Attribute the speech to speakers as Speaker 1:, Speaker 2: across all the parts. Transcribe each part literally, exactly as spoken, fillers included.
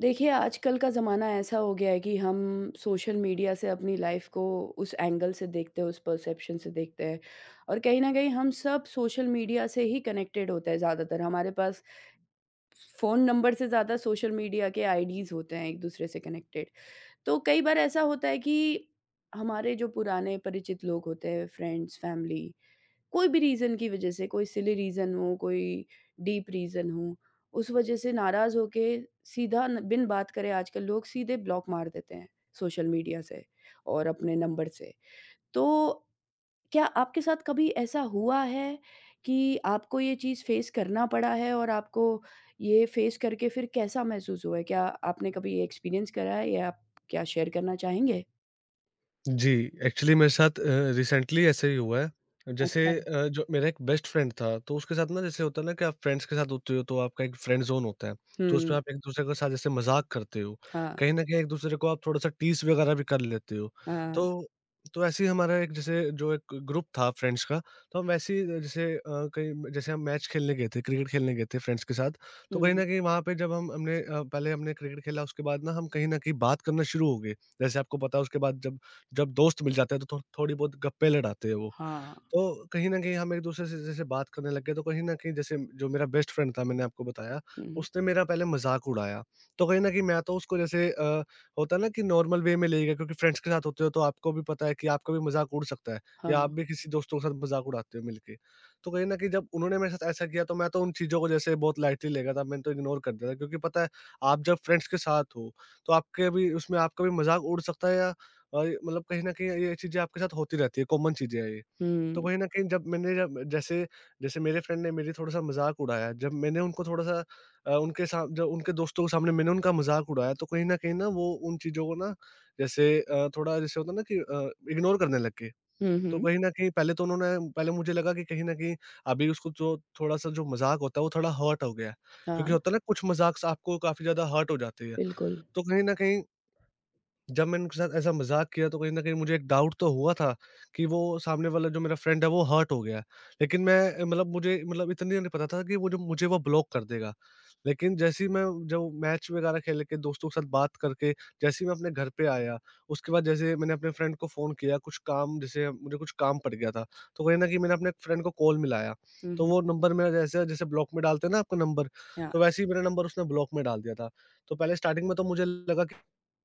Speaker 1: देखिए, आजकल का ज़माना ऐसा हो गया है कि हम सोशल मीडिया से अपनी लाइफ़ को उस एंगल से देखते हैं, उस परसेप्शन से देखते हैं और कहीं न कहीं हम सब सोशल मीडिया से ही कनेक्टेड होते हैं ज़्यादातर। हमारे पास फ़ोन नंबर से ज़्यादा सोशल मीडिया के आईडीज़ होते हैं एक-दूसरे से कनेक्टेड। तो कई बार ऐसा होता है कि हमारे जो पुराने परिचित लोग होते हैं, फ्रेंड्स, फैमिली, कोई भी रीज़न की वजह से, कोई सिली रीज़न हो, कोई डीप रीज़न हो, उस वजह से नाराज़ होके सीधा न बिन बात करे आजकल लोग सीधे ब्लॉक मार देते हैं सोशल मीडिया से और अपने नंबर से। तो क्या आपके साथ कभी ऐसा हुआ है कि आपको ये चीज़ फेस करना पड़ा है और आपको ये फेस करके फिर कैसा महसूस हुआ है? क्या आपने कभी ये एक्सपीरियंस करा है या आप क्या शेयर करना चाहेंगे?
Speaker 2: जी, एक्चुअली मेरे साथ अ, रिसेंटली ऐसे ही हुआ है। जैसे
Speaker 1: अच्छा।
Speaker 2: अ, जो मेरा एक बेस्ट फ्रेंड था, तो उसके साथ ना जैसे होता है ना कि आप फ्रेंड्स के साथ होते हो तो आपका एक फ्रेंड ज़ोन होता है। तो
Speaker 1: हुँ,
Speaker 2: उसमें आप एक-दूसरे के साथ जैसे मज़ाक करते हो,
Speaker 1: हाँ,
Speaker 2: कहीं न कहीं एक-दूसरे को आप थोड़ा-सा टीज़ वगैरह भी कर लेते हो।
Speaker 1: हाँ।
Speaker 2: तो तो ऐसे ही हमारा एक जैसे जो एक ग्रुप था फ्रेंड्स का, तो हम वैसे ही जैसे अ, कहीं जैसे हम मैच खेलने गए थे, क्रिकेट खेलने गए थे फ्रेंड्स के साथ। तो कहीं
Speaker 1: हुँ,
Speaker 2: न कहीं वहाँ पे जब हम हमने अ, पहले हमने क्रिकेट खेला, उसके बाद ना हम कहीं न कहीं बात करना शुरू हो गए। जैसे आपको पता है, उसके बाद जब जब दोस्त मिल जाते हैं तो थो थोड़ी बहुत गप्पे लड़ाते हैं वो।
Speaker 1: हाँ,
Speaker 2: तो कहीं न कहीं हम एक-दूसरे से जैसे बात करने लग गए, तो कहीं न कहीं जैसे जो मेरा बेस्ट फ्रेंड था, मैंने आपको बताया,
Speaker 1: हुँ,
Speaker 2: उसने मेरा पहले मज़ाक उड़ाया। तो कहीं न कहीं मैं तो उसको जैसे, अ, होता है ना कि नॉर्मल वे में ले गया, क्योंकि फ्रेंड्स के साथ होते हो तो आपको भी पता है कि आपका भी मज़ाक उड़ सकता है या आप
Speaker 1: हाँ।
Speaker 2: भी किसी दोस्तों के साथ मज़ाक उड़ाते हो मिलके। तो कहीं न कहीं जब उन्होंने मेरे साथ ऐसा किया, तो मैं तो उन चीज़ों को जैसे बहुत लाइटली ले गया था, मैंने तो इग्नोर कर दिया था, क्योंकि पता है, आप जब फ्रेंड्स के साथ हो, तो आपके भी उसमें आपका भी मज़ाक उड़ सकता है या अ, मतलब कहीं न कहीं ये चीज़ें आपके साथ होती रहती है, कॉमन चीज़ें हैं ये। तो
Speaker 1: हुँ।
Speaker 2: कहीं न कहीं जब मैंने जब जैसे जैसे मेरे फ्रेंड ने मेरी थोड़ा-सा मज़ाक उड़ाया, जब मैंने उनको थोड़ा-सा अ, उनके सा जब उनके दोस्तों के सामने मैंने उनका मज़ाक उड़ाया, तो कहीं न कहीं ना वो उन चीज़ों को ना जैसे अ, थोड़ा, जैसे होता है ना कि अ, इग्नोर करने लग गए।
Speaker 1: हुँ,
Speaker 2: तो
Speaker 1: हुँ।
Speaker 2: कहीं न कहीं पहले तो उन्होंने, पहले मुझे लगा कि कहीं न कहीं अभी उसको जो थोड़ा-सा जो मज़ाक होता है, वो थोड़ा हर्ट हो गया है। क्योंकि
Speaker 1: हाँ।
Speaker 2: होता है ना, कुछ मज़ाक से आपको काफ़ी ज़्यादा हर्ट हो जाती है।
Speaker 1: बिल्कुल।
Speaker 2: तो कहीं न कहीं जब मैंने उनके साथ ऐसा मज़ाक किया, तो कहीं न कहीं मुझे एक डाउट तो हुआ था कि वो सामने वाला जो मेरा फ्रेंड है वो हर्ट हो गया। लेकिन मैं, अ, मतलब मुझे मतलब इतनी नहीं पता था कि वो जो मुझे, वो ब्लॉक कर देगा। लेकिन जैसे ही मैं, जो मैच वग़ैरह खेल के दोस्तों के साथ बात करके जैसे ही मैं अपने घर पे आया, उसके बाद जैसे मैंने अपने फ्रेंड को फ़ोन किया, कुछ काम जैसे मुझे कुछ काम पड़ गया था। तो कहीं न कहीं मैंने अपने फ्रेंड को कॉल मिलाया,
Speaker 1: हुँ,
Speaker 2: तो
Speaker 1: हुँ।
Speaker 2: वो नंबर मेरा, जैसे जैसे ब्लॉक में डालते हैं ना आपका नंबर,
Speaker 1: हाँ।
Speaker 2: तो वैसे ही मेरा नंबर उसने ब्लॉक में डाल दिया था। तो पहले स्टार्टिंग में तो मुझे लगा,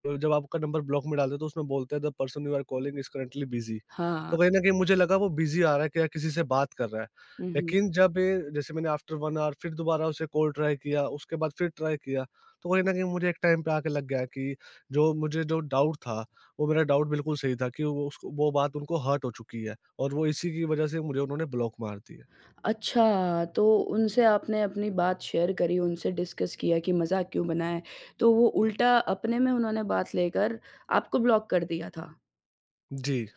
Speaker 2: अ, जब आपका नंबर ब्लॉक में डालते हैं तो उसमें बोलते हैं, the person you are calling is currently busy.
Speaker 1: हाँ।
Speaker 2: तो कहीं न कहीं मुझे लगा वो बिज़ी आ रहा है, क्या किसी से बात कर रहा है।
Speaker 1: हुँ, हुँ।
Speaker 2: लेकिन जब ये, जैसे मैंने आफ्टर वन ऑवर फिर दोबारा उसे कॉल ट्राई किया, उसके बाद फिर ट्राई किया, तो कहीं न कहीं मुझे एक टाइम पे आके लग गया कि जो मुझे जो डाउट था, वो मेरा डाउट बिल्कुल सही था कि वो, उसको वो बात उनको हर्ट हो चुकी है और वो इसी की वजह से मुझे उन्होंने ब्लॉक मार दिया।
Speaker 1: अच्छा, तो उनसे आपने अपनी बात शेयर करी, उनसे डिस्कस किया कि मज़ाक क्यों बनाएँ, तो वो
Speaker 2: हुँ।
Speaker 1: उल्टा अपने में उन्होंने बात लेकर आपको ब्लॉक कर दिया था।
Speaker 2: जी।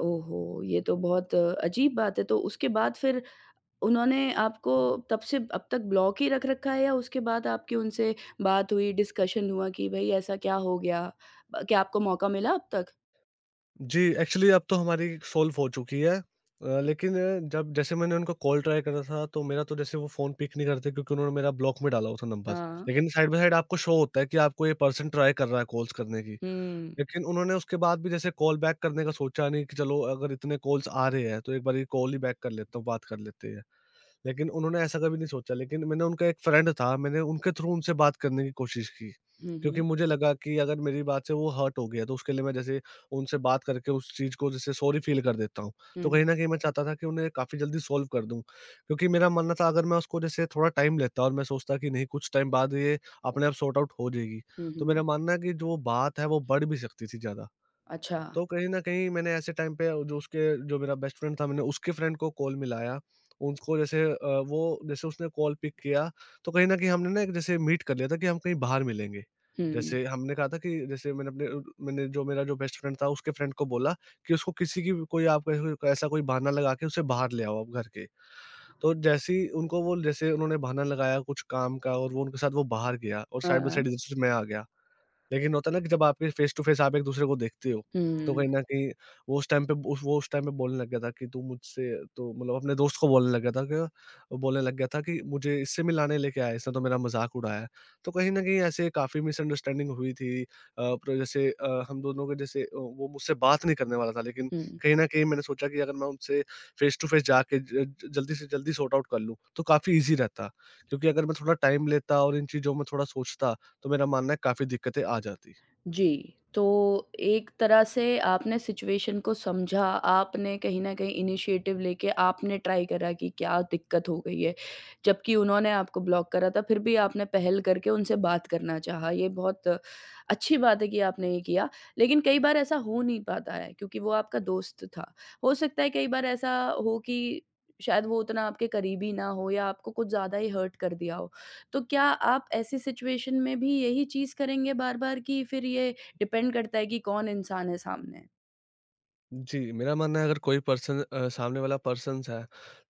Speaker 1: ओहो! ये तो बहुत अजीब बात है, तो उसके बाद फिर उन्होंने आपको तब से अब तक ब्लॉक ही रख रखा है या उसके बाद आपकी उनसे बात हुई, डिस्कशन हुआ कि भई ऐसा क्या हो गया? ब क्या आपको मौका मिला अब तक?
Speaker 2: जी, एक्चुअली अब तो हमारी सॉल्व हो चुकी है। अ, लेकिन अ, जब जैसे मैंने उनको कॉल ट्राई करा था, तो मेरा तो जैसे वो फ़ोन पिक नहीं करते, क्योंकि उन्होंने मेरा ब्लॉक में डाला हुआ था नंबर।
Speaker 1: हाँ।
Speaker 2: लेकिन साइड बाय साइड आपको शो होता है कि आपको ये पर्सन ट्राई कर रहा है कॉल्स करने की।
Speaker 1: हुँ।
Speaker 2: लेकिन उन्होंने उसके बाद भी जैसे कॉल बैक करने का सोचा नहीं कि चलो अगर इतने कॉल्स आ रहे हैं, तो एक बारी कॉल ही बैक कर लेता हूँ, बात कर लेते हैं। लेकिन उन्होंने ऐसा कभी नहीं सोचा। लेकिन मैंने, उनका एक फ्रेंड था, मैंने उनके थ्रू उनसे बात करने की कोशिश की,
Speaker 1: हुँ,
Speaker 2: क्योंकि
Speaker 1: हुँ।
Speaker 2: मुझे लगा कि अगर मेरी बात से वो हर्ट हो गया, तो उसके लिए मैं जैसे उनसे बात करके उस चीज़ को जैसे सॉरी फ़ील कर देता हूँ। तो
Speaker 1: हुँ।
Speaker 2: कहीं न कहीं मैं चाहता था कि उन्हें काफ़ी जल्दी सॉल्व कर दूँ, क्योंकि मेरा मानना था अगर मैं उसको जैसे थोड़ा टाइम लेता और मैं सोचता कि नहीं कुछ टाइम बाद ये अपने आप सॉर्ट आउट हो जाएगी,
Speaker 1: हुँ,
Speaker 2: तो
Speaker 1: हुँ।
Speaker 2: मेरा मानना है कि जो बात है वो बढ़ भी सकती थी ज़्यादा।
Speaker 1: अच्छा।
Speaker 2: तो कहीं न कहीं मैंने ऐसे टाइम पे, जो उसके, जो मेरा बेस्ट फ्रेंड था, मैंने उसके फ्रेंड को कॉल मिलाया। उसको जैसे अ, वो, जैसे उसने कॉल पिक किया, तो कहीं न कहीं हमने ना एक जैसे मीट कर लिया था कि हम कहीं बाहर मिलेंगे।
Speaker 1: हुँ।
Speaker 2: जैसे हमने कहा था कि जैसे मैंने अपने, अ, मैंने जो मेरा जो बेस्ट फ्रेंड था, उसके फ्रेंड को बोला कि उसको किसी की भी कोई, आप ऐसे ऐसा कोई बहाना लगा के उसे बाहर ले आओ आप घर के। तो जैसे ही उनको वो, जैसे उन्होंने बहाना लगाया कुछ काम का और वो उनके साथ वो बाहर गया, और साइड बाय
Speaker 1: हाँ।
Speaker 2: साइड इधर से मैं आ गया। लेकिन होता है ना कि जब आपके फेस टू फेस आप एक दूसरे को देखते हो, तो
Speaker 1: हुँ,
Speaker 2: कहीं न कहीं वो उस टाइम पे उस वो उस टाइम पे बोलने लग गया था कि, तू मुझसे तो मतलब अपने दोस्त को बोलने लग गया था कि, बोलने लग गया था कि मुझे इससे मिलाने लेके आया है, इसने तो मेरा मज़ाक उड़ाया है। तो कहीं न कहीं ऐसे काफ़ी मिसअंडरस्टैंडिंग हुई थी। अ, पर जैसे अ, हम दोनों के जैसे अ, वो मुझसे बात नहीं करने वाला था, लेकिन
Speaker 1: हुँ।
Speaker 2: कहीं न कहीं मैंने सोचा कि अगर मैं उनसे फेस टू फेस जाके ज ज जल्दी से जल्दी सॉर्ट आउट कर लूँ, तो काफ़ी ईज़ी रहता। क्योंकि अगर मैं थोड़ा टाइम लेता और इन चीज़ों में थोड़ा सोचता, तो मेरा मानना है काफ़ी दिक्कतें आ जाती।
Speaker 1: जी, तो एक तरह से आपने सिचुएशन को समझा, आपने कहीं न कहीं इनिशिएटिव लेके आपने ट्राई करा कि क्या दिक्कत हो गई है। जबकि उन्होंने आपको ब्लॉक करा था, फिर भी आपने पहल करके उनसे बात करना चाहा, ये बहुत अच्छी बात है कि आपने ये किया। लेकिन कई बार ऐसा हो नहीं पाता है क्योंकि वो आपका दोस्त था। हो सकता है कई बार ऐसा हो कि शायद वो उतना आपके करीबी ना हो या आपको कुछ ज़्यादा ही हर्ट कर दिया हो। तो क्या आप ऐसी सिचुएशन में भी यही चीज़ करेंगे बार-बार कि फिर ये डिपेंड करता है कि कौन इंसान है सामने?
Speaker 2: जी, मेरा मानना है अगर कोई पर्सन, अ, सामने वाला पर्सन्स है,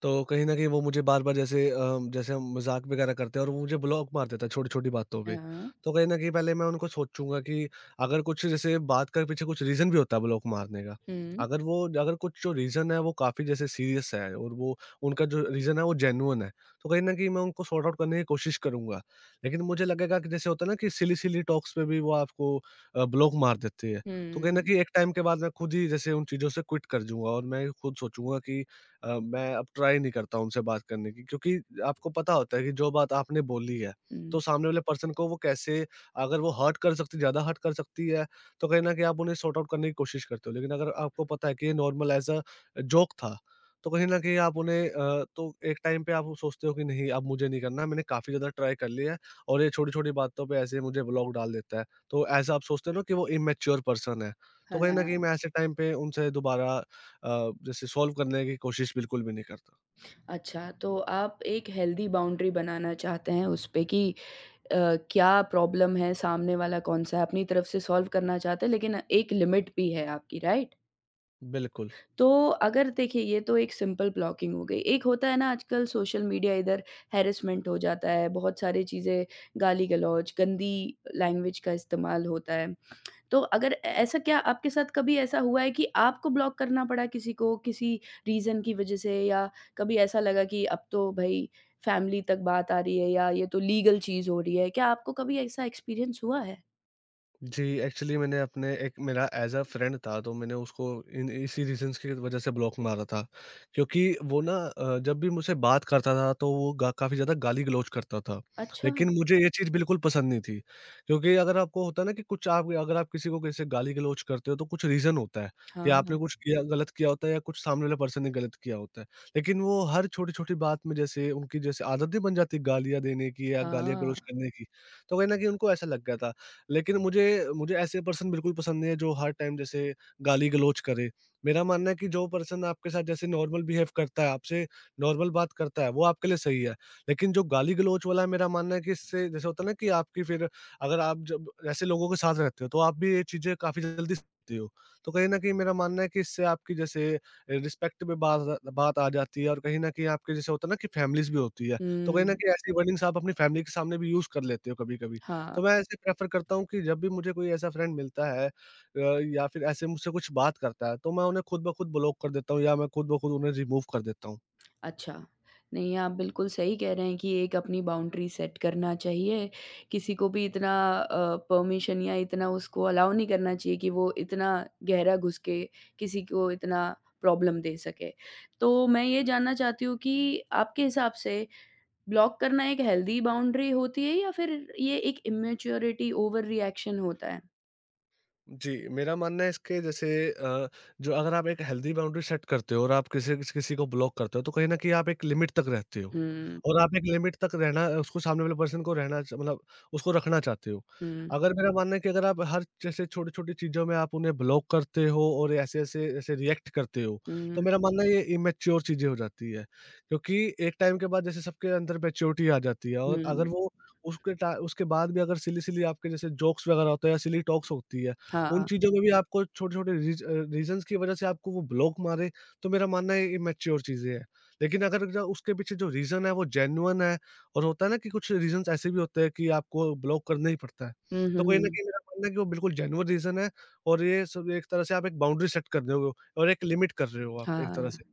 Speaker 2: तो कहीं न कहीं वो मुझे बार-बार जैसे अ, जैसे हम मज़ाक वगैरह करते हैं और वो मुझे ब्लॉक मार देता है छोटी-छोटी बातों पे।
Speaker 1: हाँ।
Speaker 2: तो कहीं न कहीं पहले मैं उनको सोचूँगा कि अगर कुछ जैसे बात के पीछे कुछ रीज़न भी होता है ब्लॉक मारने का।
Speaker 1: हुँ,
Speaker 2: अगर वो, अगर कुछ जो रीज़न है वो काफ़ी जैसे सीरियस है और वो, उनका जो रीज़न है वो जेन्युइन है, तो कहीं न कहीं मैं उनको सॉर्ट आउट करने की कोशिश करूँगा। लेकिन मुझे लगेगा कि जैसे होता है ना कि सिली-सिली टॉक्स पे भी वो आपको अ, ब्लॉक मार देते हैं। तो कहीं न
Speaker 1: हुँ,
Speaker 2: कहीं एक टाइम के बाद मैं खुद ही जैसे उन चीज़ों से क्विट कर जाऊँगा और मैं खुद सोचूँगा कि अ, मैं अब ट्राई नहीं करता उनसे बात करने की, क्योंकि आपको पता होता है कि जो बात आपने बोली है,
Speaker 1: हुँ।
Speaker 2: तो सामने वाले पर्सन को वो कैसे, अगर वो हर्ट कर सकती, ज़्यादा हर्ट कर सकती है, तो कहीं न कहीं आप उन्हें सॉर्ट आउट करने की कोशिश करते हो। लेकिन अगर आपको पता है कि ये नॉर्मल एज़ अ जोक था, तो कहीं न कहीं आप उन्हें, अ, तो एक टाइम पे आप सोचते हो कि नहीं अब मुझे नहीं करना, मैंने काफ़ी ज़्यादा ट्राई कर लिया है और ये छोटी-छोटी बातों पे ऐसे ही मुझे ब्लॉक डाल देता है। तो ऐसा आप सोचते हो ना कि वो इमैच्योर पर्सन है। तो कहीं न कहीं
Speaker 1: हाँ,
Speaker 2: मैं ऐसे टाइम पे उनसे दोबारा, अ, जैसे सॉल्व करने की कोशिश बिल्कुल भी नहीं करता।
Speaker 1: अच्छा तो आप एक हेल्दी बाउंड्री बनाना चाहते हैं उस पे कि अ, क्या प्रॉब्लम है, सामने वाला कौन-सा है, अपनी तरफ से सॉल्व करना चाहते हैं लेकिन एक लिमिट भी है आपकी, राइट?
Speaker 2: बिल्कुल।
Speaker 1: तो अगर देखिए ये तो एक सिंपल ब्लॉकिंग हो गई। एक होता है ना आजकल सोशल मीडिया इधर हैरेसमेंट हो जाता है, बहुत सारी चीज़ें गाली-गलौच, गंदी लैंग्वेज का इस्तेमाल होता है। तो अगर ऐ ऐसा क्या आपके साथ कभी ऐसा हुआ है कि आपको ब्लॉक करना पड़ा किसी को किसी रीज़न की वज़ह से या कभी ऐसा लगा कि अब तो भई फैमिली तक बात आ रही है या ये तो लीगल चीज़ हो रही है। क्या आपको कभी ऐसा एक्सपीरियंस हुआ है?
Speaker 2: जी, एक्चुअली मैंने अपने एक, मेरा एज़ अ फ्रेंड था, तो मैंने उसको इन इसी रीज़न्स की वज़ह से ब्लॉक मारा था। क्योंकि वो ना, अ, जब भी मुझसे बात करता था तो वो गा काफ़ी ज़्यादा गाली-गलौच करता था।
Speaker 1: अच्छा।
Speaker 2: लेकिन मुझे ये चीज़ बिल्कुल पसंद नहीं थी। क्योंकि अगर आपको होता है ना कि कुछ आप अगर आप किसी को कैसे गाली-गलौच करते हो तो कुछ रीज़न होता है कि
Speaker 1: हाँ,
Speaker 2: आपने
Speaker 1: हाँ।
Speaker 2: कुछ किया, गलत किया होता है, या कुछ सामने वाले पर्सन ने गलत किया होता है। लेकिन वो हर छोटी-छोटी बात में जैसे उनकी जैसे आदत नहीं बन जाती गालियाँ देने की या गालियाँ
Speaker 1: हाँ।
Speaker 2: गलौच करने की। तो कहीं न कहीं उनको ऐसा लग गया था, लेकिन मुझे मुझे ऐसे पर्सन बिल्कुल पसंद नहीं है जो हर टाइम जैसे गाली-गलौच करे। मेरा मानना है कि जो पर्सन आपके साथ जैसे नॉर्मल बिहेव करता है, आपसे नॉर्मल बात करता है, वो आपके लिए सही है। लेकिन जो गाली-गलौच वाला है, मेरा मानना है कि इससे जैसे होता है ना कि आपकी फिर अगर आप जब ऐसे लोगों के साथ रहते हो तो आप भी ये चीज़ें काफ़ी जल्दी सीखते हो। तो कहीं न कहीं मेरा मानना है कि इससे आपकी जैसे रिस्पेक्ट पे बात आ- बात आ जाती है और कहीं न कहीं आपके जैसे होता है ना कि फैमिलीज़ भी होती है। तो कहीं न
Speaker 1: हुँ।
Speaker 2: कहीं ऐसी वर्डिंग्स आप अपनी फैमिली के सामने भी यूज़ कर लेते हो कभी-कभी।
Speaker 1: हाँ।
Speaker 2: तो मैं ऐसे प्रेफ़र करता हूँ कि जब भी मुझे कोई ऐसा फ्रेंड मिलता है अ, या फिर ऐसे मुझसे कुछ बात करता है, तो मैं उन्हें खुद ब खुद ब्लॉक कर देता हूँ या मैं खुद ब खुद उन्हें रिमूव कर देता हूँ।
Speaker 1: अच्छा। नहीं, आप बिल्कुल सही कह रहे हैं कि एक अपनी बाउंड्री सेट करना चाहिए। किसी को भी इतना अ, परमिशन या इतना उसको अलाउ नहीं करना चाहिए कि वो इतना गहरा घुस के किसी को इतना प्रॉब्लम दे सके। तो मैं ये जानना चाहती हूँ कि आपके हिसाब से ब्लॉक करना एक हेल्दी बाउंड्री होती है या फिर ये एक इमैच्योरिटी, ओवर रिएक्शन होता है?
Speaker 2: जी, मेरा मानना है इसके जैसे अ, जो अगर आप एक हेल्दी बाउंड्री सेट करते हो और आप किसी किस किसी को ब्लॉक करते हो, तो कहीं न कहीं आप एक लिमिट तक रहते हो
Speaker 1: हुँ,
Speaker 2: और आप एक लिमिट तक रहना, उसको सामने वाले पर्सन को रहना च मतलब उसको रखना चाहते हो।
Speaker 1: हुँ,
Speaker 2: अगर मेरा मानना है कि अगर आप हर जैसे छोटी-छोटी चीज़ों में आप उन्हें ब्लॉक करते हो और ऐसे-ऐसे ऐसे ऐसे रिएक्ट करते हो, तो
Speaker 1: हुँ,
Speaker 2: मेरा मानना है ये इमैच्योर चीज़ें हो जाती है। क्योंकि एक टाइम के बाद जैसे सबके अंदर मैच्योरिटी आ जाती है, और अगर
Speaker 1: हुँ।
Speaker 2: वो उसके टा उसके बाद भी अगर सिली-सिली आपके जैसे जोक्स वगैरह होते हैं या सिली टॉक्स होती है, उन
Speaker 1: हाँ।
Speaker 2: चीज़ों में भी आपको छोटे-छोटे रीज अ, रीज़न्स की वजह से आपको वो ब्लॉक मारे, तो मेरा मानना है ये इमैच्योर चीज़ें हैं। लेकिन अगर ज उसके पीछे जो रीज़न है वो जेन्युइन है, और होता है ना कि कुछ रीज़न्स ऐसे भी होते हैं कि आपको ब्लॉक करना ही पड़ता है।
Speaker 1: हुँ, हुँ,
Speaker 2: तो कहीं न
Speaker 1: हुँ।
Speaker 2: कहीं मेरा मानना है कि वो बिल्कुल जेन्युइन रीज़न है, और ये सब एक तरह से आप एक बाउंड्री सेट कर रहे हो और एक लिमिट कर रहे हो आप एक
Speaker 1: हाँ।
Speaker 2: तरह से।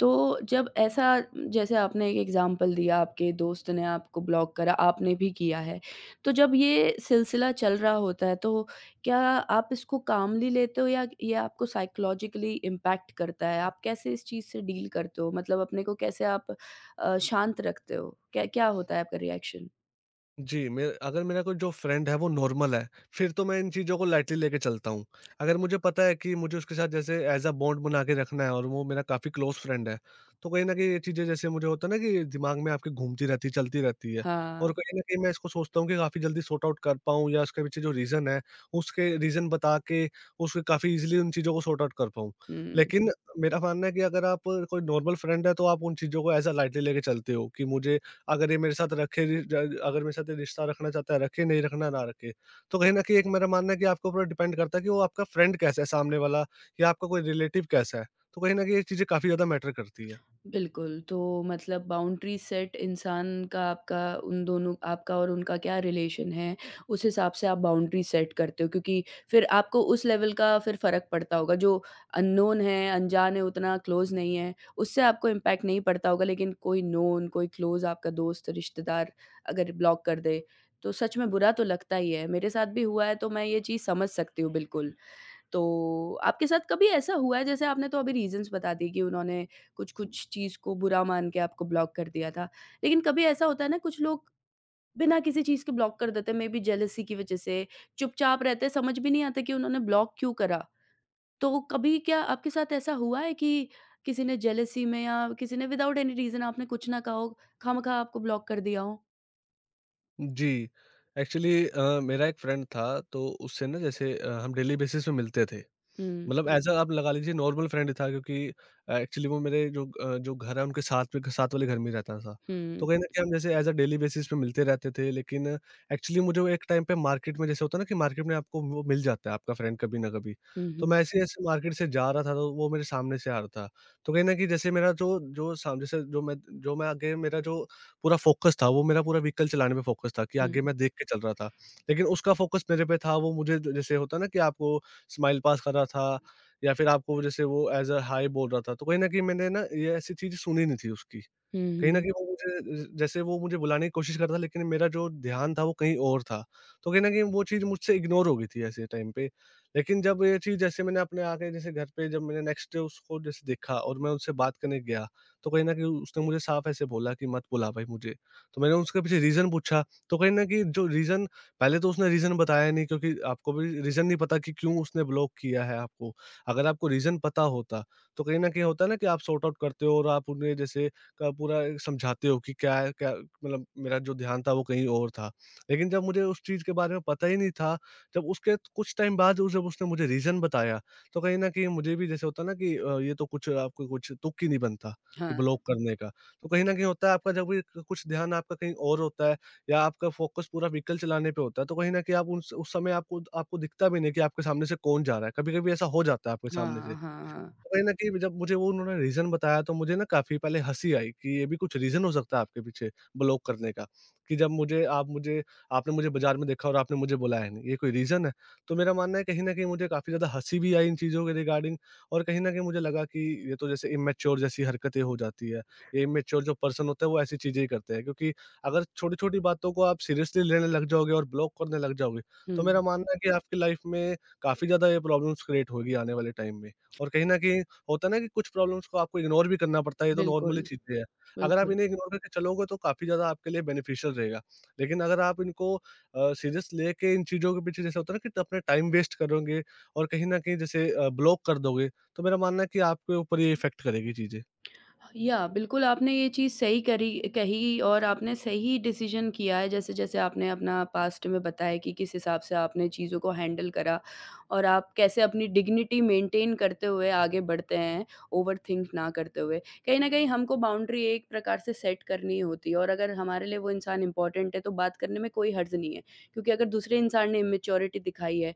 Speaker 1: तो जब ऐसा जैसे आपने एक एग्ज़ाम्पल दिया, आपके दोस्त ने आपको ब्लॉक करा, आपने भी किया है। तो जब ये सिलसिला चल रहा होता है, तो क्या आप इसको कामली लेते हो या ये आपको साइकोलॉजिकली इम्पैक्ट करता है? आप कैसे इस चीज़ से डील करते हो? मतलब अपने को कैसे आप अ, शांत रखते हो? क्या क्या होता है आपका रिएक्शन?
Speaker 2: जी, मे अगर मेरा कोई जो फ्रेंड है वो नॉर्मल है, फिर तो मैं इन चीज़ों को लाइटली लेके चलता हूँ। अगर मुझे पता है कि मुझे उसके साथ जैसे एज़ अ बॉन्ड बना के रखना है और वो मेरा काफ़ी क्लोज़ फ्रेंड है, तो कहीं न कहीं ये चीज़ें जैसे मुझे होता है ना कि दिमाग में आपके घूमती रहती है, चलती रहती है।
Speaker 1: हाँ।
Speaker 2: और कहीं न कहीं मैं इसको सोचता हूँ कि काफ़ी जल्दी सॉर्ट आउट कर पाऊँ, या उसके पीछे जो रीज़न है, उसके रीज़न बता के उसके काफ़ी ईज़िली उन चीज़ों को सॉर्ट आउट कर पाऊँ।
Speaker 1: हुँ।
Speaker 2: लेकिन मेरा मानना है कि अगर आप कोई नॉर्मल फ्रेंड है, तो आप उन चीज़ों को एज़ अ लाइटली लेके चलते हो कि मुझे अगर ये मेरे साथ रखे रि ज अगर मेरे साथ ये रिश्ता रखना चाहता है रखे, नहीं रखना ना रखे। तो कहीं न कहीं एक मेरा मानना है कि आपके ऊपर डिपेंड करता है कि वो आपका फ्रेंड कैसा है सामने वाला, या आपका कोई रिलेटिव कैसा है। तो कहीं न कहीं ये चीज़ें काफ़ी ज़्यादा मैटर करती है।
Speaker 1: बिल्कुल, तो मतलब बाउंड्री सेट इंसान का आपका उन दोनों आपका और उनका क्या रिलेशन है, उस हिसाब से आप बाउंड्री सेट करते हो क्योंकि फिर आपको उस लेवल का फिर फ़र्क पड़ता होगा जो अननोन है, अनजान है, उतना क्लोज़ नहीं है, उससे आपको इम्पैक्ट नहीं पड़ता होगा लेकिन कोई नोन, कोई क्लोज़ आपका दोस्त, रिश्तेदार अगर ब्लॉक कर दे, तो सच में बुरा तो लगता ही है। मेरे साथ भी हुआ है तो मैं ये चीज़ समझ सकती हूँ बिल्कुल। तो आपके साथ कभी ऐसा हुआ है जैसे आपने तो अभी रीज़न्स बता दिए कि उन्होंने कुछ-कुछ चीज़ को बुरा मान के आपको ब्लॉक कर दिया था। लेकिन कभी ऐसा होता है ना कुछ लोग बिना किसी चीज़ के ब्लॉक कर देते हैं, मेबी जेलसी की वज़ह से, चुपचाप रहते हैं, समझ भी नहीं आता कि उन्होंने ब्लॉक क्यों करा? तो कभी क्या आपके साथ ऐसा हुआ है कि किसी ने जेलसी में या किसी ने विदाउट एनी रीज़न आपने कुछ ना कहा हो, खामख़ा आपको ब्लॉक कर दिया हो?
Speaker 2: जी, एक्चुअली अ, मेरा एक फ्रेंड था, तो उससे ना जैसे अ, हम डेली बेसिस पे मिलते थे।
Speaker 1: हुँ,
Speaker 2: मतलब एज़ अ आप लगा लीजिए नॉर्मल फ्रेंड था, क्योंकि अ, एक्चुअली वो मेरे जो अ, जो घर है उनके साथ में साथ वाले घर में ही रहता था।
Speaker 1: हुँ,
Speaker 2: तो कहीं न कहीं हम जैसे एज़ अ डेली बेसिस पे मिलते रहते थे, लेकिन एक्चुअली मुझे वो एक टाइम पे मार्केट में जैसे होता है ना कि मार्केट में आपको वो मिल जाता है आपका फ्रेंड कभी ना कभी।
Speaker 1: हुँ,
Speaker 2: तो
Speaker 1: हुँ,
Speaker 2: मैं ऐसे-ऐसे मार्केट से जा रहा था, तो वो मेरे सामने से आ रहा था। तो कहीं न कहीं जैसे मेरा जो जो साम जैसे जो मैं जो मैं आगे मेरा जो पूरा फ़ोकस था, वो मेरा पूरा व्हीकल चलाने पे फ़ोकस था कि
Speaker 1: हुँ,
Speaker 2: आगे मैं देख के चल रहा था। लेकिन उसका फ़ोकस मेरे पे था, वो मुझे जैसे होता है ना कि आपको स्माइल पास कर रहा था या फिर आपको जैसे वो एज़ अ हाय बोल रहा था, तो कहीं न कहीं मैंने ना ये ऐसी चीज़ सुनी नहीं थी उसकी।
Speaker 1: हुँ,
Speaker 2: कहीं न
Speaker 1: हुँ।
Speaker 2: कहीं वो मुझे ज जैसे वो मुझे बुलाने की कोशिश कर रहा था, लेकिन मेरा जो ध्यान था वो कहीं और था। तो कहीं न कहीं वो चीज़ मुझसे इग्नोर हो गई थी ऐसे टाइम पे। लेकिन जब ये चीज़ जैसे मैंने अपने आके जैसे घर पे जब मैंने नेक्स्ट डे उसको जैसे देखा और मैं उनसे बात करने गया, तो कहीं न कहीं उसने मुझे साफ़ ऐसे बोला कि मत बुला भाई मुझे। तो मैंने उसके पीछे रीज़न पूछा, तो कहीं न कहीं जो रीज़न पहले तो उसने रीज़न बताया नहीं, क्योंकि आपको भी रीज़न नहीं पता कि क्यों उसने ब्लॉक किया है आपको। अगर आपको रीज़न पता होता, तो कहीं न कहीं होता है ना कि आप सॉर्ट आउट करते हो और आप उन्हें जैसे का पूरा समझाते हो कि क्या है, क्या मतलब मेरा जो ध्यान था वो कहीं और था। लेकिन जब मुझे उस चीज़ के बारे में पता ही नहीं था, जब उसके कुछ टाइम बाद उस- जब उसने मुझे रीज़न बताया, तो कहीं न कहीं मुझे भी जैसे होता है ना कि अ, ये तो कुछ आपको कुछ तुक ही नहीं बनता,
Speaker 1: हाँ,
Speaker 2: ये ब्लॉक करने का। तो कहीं न कहीं होता है आपका जब भी कुछ ध्यान आपका कहीं और होता है या आपका फ़ोकस पूरा व्हीकल चलाने पे होता है, तो कहीं न कहीं आप उस उस समय आपको आपको दिखता भी नहीं कि आपके सामने से कौन जा रहा है। कभी-कभी ऐसा हो जाता है आपके सामने
Speaker 1: हाँ,
Speaker 2: से।
Speaker 1: हाँ, हाँ।
Speaker 2: कहीं न कहीं जब मुझे वो उन्होंने रीज़न बताया, तो मुझे ना काफ़ी पहले हँसी आई कि ये भी कुछ रीज़न हो सकता है आपके पीछे ब्लॉक करने का, कि जब मुझे आप मुझे आपने मुझे बाज़ार में देखा और आपने मुझे बुलाया नहीं, ये कोई रीज़न है? तो मेरा मानना है कहीं न कहीं मुझे काफ़ी ज़्यादा हँसी भी आई इन चीज़ों के रिगार्डिंग, और कहीं न कहीं मुझे लगा कि ये तो जैसे इमैच्योर जैसी हरकतें हो जाती है। ये इमैच्योर जो पर्सन होता है वो ऐसी चीज़ें ही करते हैं, क्योंकि अगर छोटी-छोटी बातों को आप सीरियसली लेने लग जाओगे और ब्लॉक करने लग जाओगे, तो
Speaker 1: हुँ,
Speaker 2: मेरा मानना है कि आपकी लाइफ़ में काफ़ी ज़्यादा ये प्रॉब्लम्स क्रिएट होगी आने वाले टाइम में। और कहीं न कहीं होता है ना कि कुछ प्रॉब्लम्स को आपको इग्नोर भी करना पड़ता है, ये तो
Speaker 1: बिल्कुल,
Speaker 2: नॉर्मली चीज़ें हैं। अगर आप
Speaker 1: बिल्कुल।
Speaker 2: इन्हें इग्नोर करके चलोगे, तो काफ़ी ज़्यादा आपके लिए बेनिफिशियल रहेगा। लेकिन अगर आप इनको अ, सीरियस लेके इन चीज़ों के पीछे जैसे होता है ना कि, तो अपना टाइम वेस्ट करोगे और कहीं न कहीं जैसे अ, ब्लॉक कर दोगे, तो मेरा मानना है कि आपके ऊपर ये इफ़ेक्ट करेगी चीज़ें।
Speaker 1: या बिल्कुल आपने ये चीज़ सही करी कही और आपने सही डिसीजन किया है जैसे-जैसे आपने अपना पास्ट में बताया कि किस हिसाब से आपने चीज़ों को हैंडल करा और आप कैसे अपनी डिग्निटी मेंटेन करते हुए आगे बढ़ते हैं, ओवरथिंक ना करते हुए। कहीं न कहीं हमको बाउंड्री एक प्रकार से सेट करनी ही होती है और अगर हमारे लिए वो इंसान इम्पोर्टेंट है तो बात करने में कोई हर्ज नहीं है, क्योंकि अगर दूसरे इंसान ने इमैच्योरिटी दिखाई है,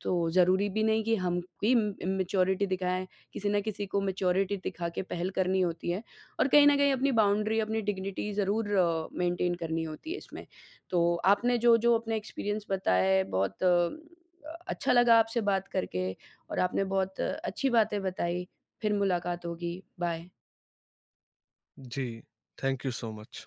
Speaker 1: तो ज़रूरी भी नहीं कि हम भी इम इमैच्योरिटी दिखाएँ। किसी न किसी को मैच्योरिटी दिखा के पहल करनी होती है और कहीं न कहीं अपनी बाउंड्री, अपनी डिग्निटी ज़रूर अ, मेंटेन करनी होती है इसमें। तो आपने जो-जो अपने एक्सपीरियंस बताया है बहुत अ, अच्छा लगा आपसे बात करके और आपने बहुत अच्छी बातें बताई। फिर मुलाकात होगी, बाय।
Speaker 2: जी, थैंक यू सो मच।